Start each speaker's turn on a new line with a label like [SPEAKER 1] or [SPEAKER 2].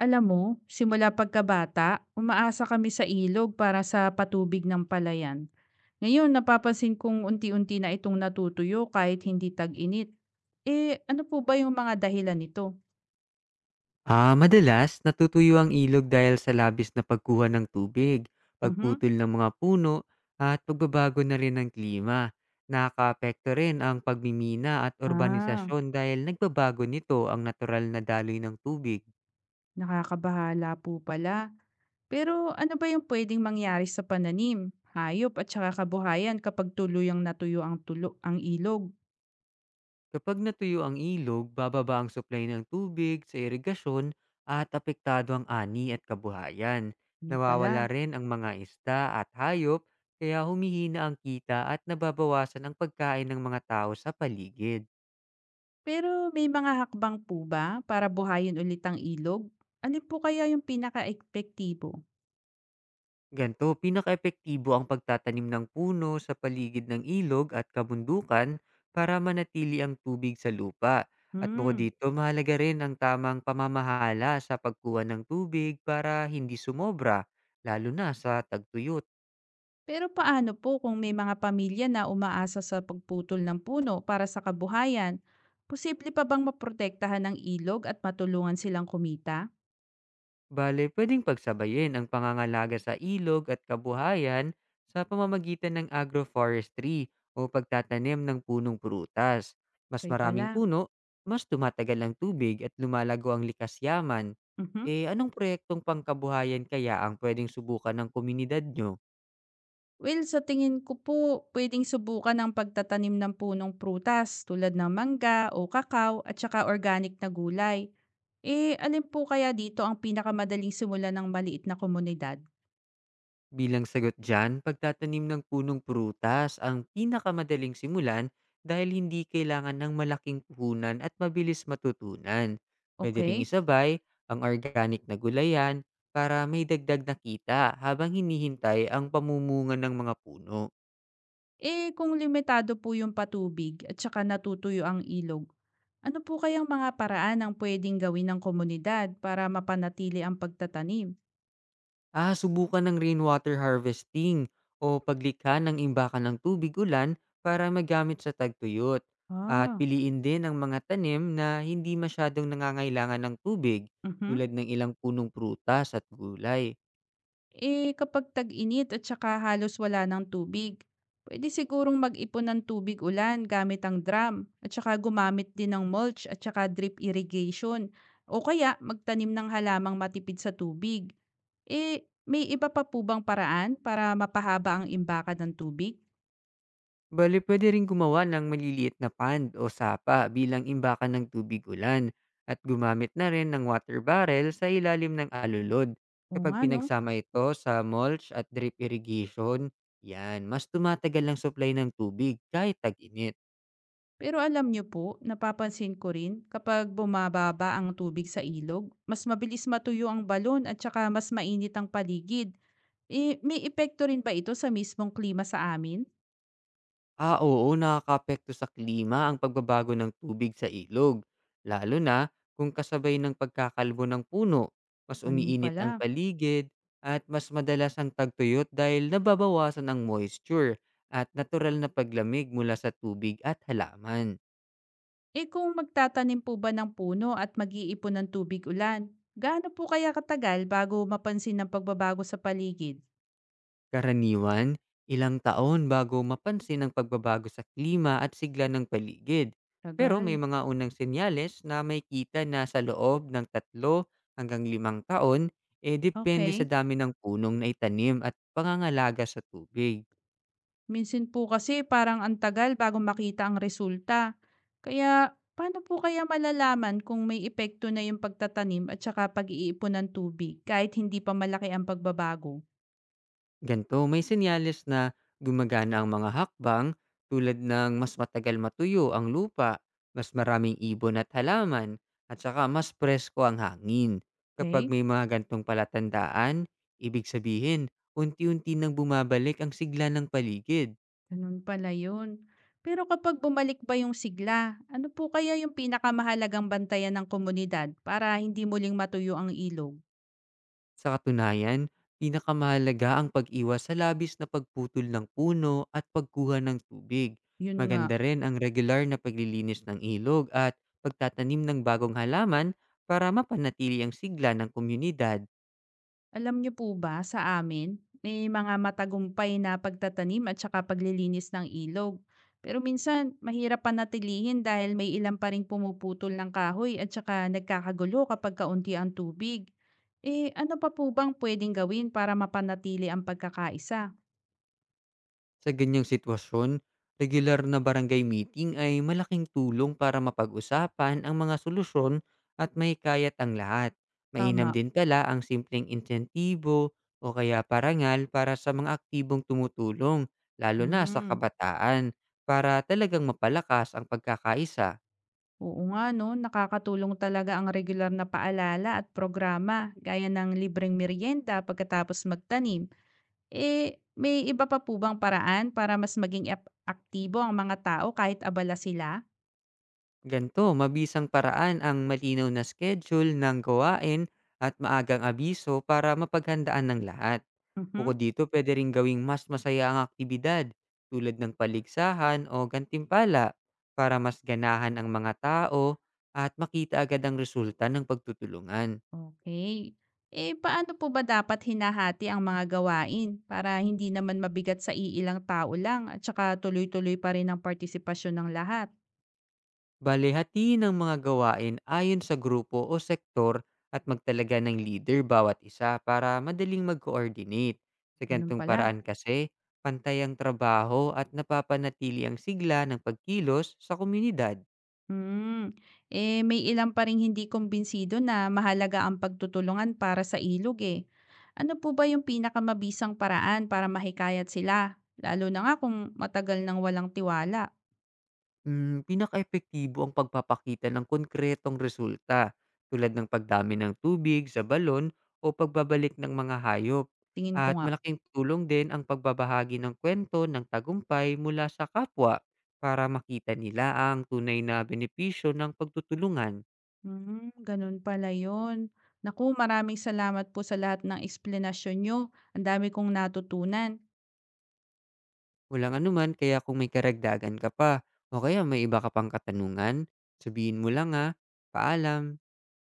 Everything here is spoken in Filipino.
[SPEAKER 1] Alam mo, simula pagkabata, umaasa kami sa ilog para sa patubig ng palayan. Ngayon, napapansin kong unti-unti na itong natutuyo kahit hindi tag-init. Eh, ano po ba yung mga dahilan nito?
[SPEAKER 2] Ah, madalas natutuyo ang ilog dahil sa labis na pagkuha ng tubig,
[SPEAKER 1] Mhm.
[SPEAKER 2] pagputol ng mga puno, at pagbabago na rin ng klima. Nakakaapekto rin ang pagmimina at
[SPEAKER 1] Ah,
[SPEAKER 2] urbanisasyon dahil nagbabago nito ang natural na daloy ng tubig.
[SPEAKER 1] nakakabahala po pala. Pero ano ba yung pwedeng mangyari sa pananim, hayop at saka kabuhayan kapag tuluyang natuyo ang tulo ang ilog?
[SPEAKER 2] Kapag natuyo ang ilog, bababa ang supply ng tubig sa irigasyon at apektado ang ani at kabuhayan.
[SPEAKER 1] Ano
[SPEAKER 2] Nawawala
[SPEAKER 1] pala?
[SPEAKER 2] rin ang mga isda at hayop kaya humihina ang kita at nababawasan ang pagkain ng mga tao sa paligid.
[SPEAKER 1] Pero may mga hakbang po ba para buhayin ulit ang ilog? Alin po kaya yung pinaka-epektibo?
[SPEAKER 2] Ganito, pinakaepektibo ang pagtatanim ng puno sa paligid ng ilog at kabundukan para manatili ang tubig sa lupa. At bukod
[SPEAKER 1] Hmm.
[SPEAKER 2] dito, mahalaga rin ang tamang pamamahala sa pagkuha ng tubig para hindi sumobra, lalo na sa tagtuyot.
[SPEAKER 1] Pero paano po kung may mga pamilya na umaasa sa pagputol ng puno para sa kabuhayan? Posible pa bang maprotektahan ang ilog at matulungan silang kumita?
[SPEAKER 2] Bale, pwedeng pagsabayin ang pangangalaga sa ilog at kabuhayan sa pamamagitan ng agroforestry o pagtatanim ng punong prutas. Mas
[SPEAKER 1] Okay
[SPEAKER 2] maraming
[SPEAKER 1] pala.
[SPEAKER 2] puno, mas tumatagal ang tubig at lumalago ang likas yaman.
[SPEAKER 1] Mhm.
[SPEAKER 2] Eh, anong proyektong pangkabuhayan kaya ang pwedeng subukan ng komunidad nyo?
[SPEAKER 1] Well, sa tingin ko po, puwedeng subukan ang pagtatanim ng punong prutas tulad ng mangga o kakao at saka organic na gulay. Eh, alin po kaya dito ang pinakamadaling simulan ng maliit na komunidad?
[SPEAKER 2] Bilang sagot dyan, pagtatanim ng punong prutas ang pinakamadaling simulan dahil hindi kailangan ng malaking puhunan at mabilis matutunan. Pwede ring
[SPEAKER 1] Okay?
[SPEAKER 2] isabay ang organic na gulayan para may dagdag na kita habang hinihintay ang pamumunga ng mga puno.
[SPEAKER 1] Eh, kung limitado po yung patubig at saka natutuyo ang ilog, ano po kayang mga paraan ang pwedeng gawin ng komunidad para mapanatili ang pagtatanim?
[SPEAKER 2] Ah, subukan ng rainwater harvesting o paglikha ng imbakan ng tubig ulan para magamit sa tagtuyot. At
[SPEAKER 1] Ah,
[SPEAKER 2] piliin din ang mga tanim na hindi masyadong nangangailangan ng tubig
[SPEAKER 1] mhm.
[SPEAKER 2] tulad ng ilang punong prutas at gulay.
[SPEAKER 1] Eh, kapag tag-init at saka halos wala ng tubig, pwede sigurong mag-ipon ng tubig ulan gamit ang drum at saka gumamit din ng mulch at saka drip irrigation o kaya magtanim ng halamang matipid sa tubig. Eh, may iba pa po bang paraan para mapahaba ang imbaka ng tubig?
[SPEAKER 2] Bale, pwede ring gumawa ng maliliit na pond o sapa bilang imbakan ng tubig ulan at gumamit na rin ng water barrel sa ilalim ng alulod.
[SPEAKER 1] Oo
[SPEAKER 2] Kapag
[SPEAKER 1] nga no.
[SPEAKER 2] pinagsama ito sa mulch at drip irrigation, yan, mas tumatagal ang supply ng tubig kahit tag-init.
[SPEAKER 1] Pero alam niyo po, napapansin ko rin kapag bumababa ang tubig sa ilog, mas mabilis matuyo ang balon at saka mas mainit ang paligid. Eh, may epekto rin ba ito sa mismong klima sa amin?
[SPEAKER 2] Ah, oo, nakakaapekto sa klima ang pagbabago ng tubig sa ilog, lalo na kung kasabay ng pagkakalbo ng puno. Mas
[SPEAKER 1] Ganun
[SPEAKER 2] umiinit ang
[SPEAKER 1] pala.
[SPEAKER 2] paligid at mas madalas ang tagtuyot dahil nababawasan ang moisture at natural na paglamig mula sa tubig at halaman.
[SPEAKER 1] Eh kung magtatanim po ba ng puno at mag-iipon ng tubig ulan, gaano po kaya katagal bago mapansin ang pagbabago sa paligid?
[SPEAKER 2] Karaniwan, ilang taon bago mapansin ang pagbabago sa klima at sigla ng paligid. Pero
[SPEAKER 1] Tagal.
[SPEAKER 2] may mga unang senyales na may kita na sa loob ng 3 hanggang 5 taon, eh depende sa
[SPEAKER 1] Okay.
[SPEAKER 2] dami ng punong na itanim at pangangalaga sa tubig.
[SPEAKER 1] Minsan po kasi parang ang tagal bago makita ang resulta. Kaya paano po kaya malalaman kung may epekto na yung pagtatanim at saka pag-iipon ng tubig kahit hindi pa malaki ang pagbabago?
[SPEAKER 2] Ganto, may senyales na gumagana ang mga hakbang tulad ng mas matagal matuyo ang lupa, mas maraming ibon at halaman, at saka mas presko ang hangin. Kapag
[SPEAKER 1] Okay?
[SPEAKER 2] may mga gantong palatandaan, ibig sabihin, unti-unti nang bumabalik ang sigla ng paligid.
[SPEAKER 1] Ganun pala yun. Pero kapag bumalik ba yung sigla, ano po kaya yung pinakamahalagang bantayan ng komunidad para hindi muling matuyo ang ilog?
[SPEAKER 2] Sa katunayan, pinakamahalaga ang pag-iwas sa labis na pagputol ng puno at pagkuha ng tubig.
[SPEAKER 1] Yun nga,
[SPEAKER 2] Maganda rin ang regular na paglilinis ng ilog at pagtatanim ng bagong halaman para mapanatili ang sigla ng komunidad.
[SPEAKER 1] alam niyo po ba sa amin, may mga matagumpay na pagtatanim at saka paglilinis ng ilog. Pero minsan, mahirap panatilihin dahil may ilan pa rin pumuputol ng kahoy at saka nagkakagulo kapag kaunti ang tubig. Eh, ano pa po bang pwedeng gawin para mapanatili ang pagkakaisa?
[SPEAKER 2] Sa ganyang sitwasyon, regular na barangay meeting ay malaking tulong para mapag-usapan ang mga solusyon at may kaya't ang lahat. Mainam
[SPEAKER 1] Tama.
[SPEAKER 2] din pala ang simpleng insentibo o kaya parangal para sa mga aktibong tumutulong, lalo na sa
[SPEAKER 1] Hmm.
[SPEAKER 2] kabataan, para talagang mapalakas ang pagkakaisa.
[SPEAKER 1] Oo nga 'no, nakakatulong talaga ang regular na paalala at programa gaya ng libreng meryenda pagkatapos magtanim. Eh, may iba pa po bang paraan para mas maging ep aktibo ang mga tao kahit abala sila?
[SPEAKER 2] Ganito, mabisang paraan ang malinaw na schedule ng gawain at maagang abiso para mapaghandaan ng lahat.
[SPEAKER 1] Mhm,
[SPEAKER 2] Bukod dito, pwede rin gawing mas masaya ang aktibidad tulad ng paligsahan o gantimpala para mas ganahan ang mga tao at makita agad ang resulta ng pagtutulungan.
[SPEAKER 1] okey. Eh, paano po ba dapat hinahati ang mga gawain para hindi naman mabigat sa iilang tao lang at saka tuloy-tuloy pa rin ang partisipasyon ng lahat?
[SPEAKER 2] Bale, hatiin ang mga gawain ayon sa grupo o sektor at magtalaga ng leader bawat isa para madaling mag-coordinate. Sa
[SPEAKER 1] Ganun
[SPEAKER 2] gantong
[SPEAKER 1] pala.
[SPEAKER 2] paraan kasi, pantay ang trabaho at napapanatili ang sigla ng pagkilos sa komunidad.
[SPEAKER 1] Hmm, eh, may ilang pa ring hindi kumbinsido na mahalaga ang pagtutulungan para sa ilog eh. Ano po ba yung pinakamabisang paraan para mahikayat sila? Lalo na nga kung matagal nang walang tiwala.
[SPEAKER 2] Pinakaepektibo ang pagpapakita ng konkretong resulta tulad ng pagdami ng tubig sa balon o pagbabalik ng mga hayop.
[SPEAKER 1] Tingin ko
[SPEAKER 2] At
[SPEAKER 1] nga.
[SPEAKER 2] malaking tulong din ang pagbabahagi ng kwento ng tagumpay mula sa kapwa para makita nila ang tunay na benepisyo ng pagtutulungan.
[SPEAKER 1] Hmm, ganun pala yon. Naku, maraming salamat po sa lahat ng eksplenasyon nyo. Ang dami kong natutunan.
[SPEAKER 2] Walang anuman, kaya kung may karagdagan ka pa o kaya may iba ka pang katanungan, sabihin mo lang ha. Paalam!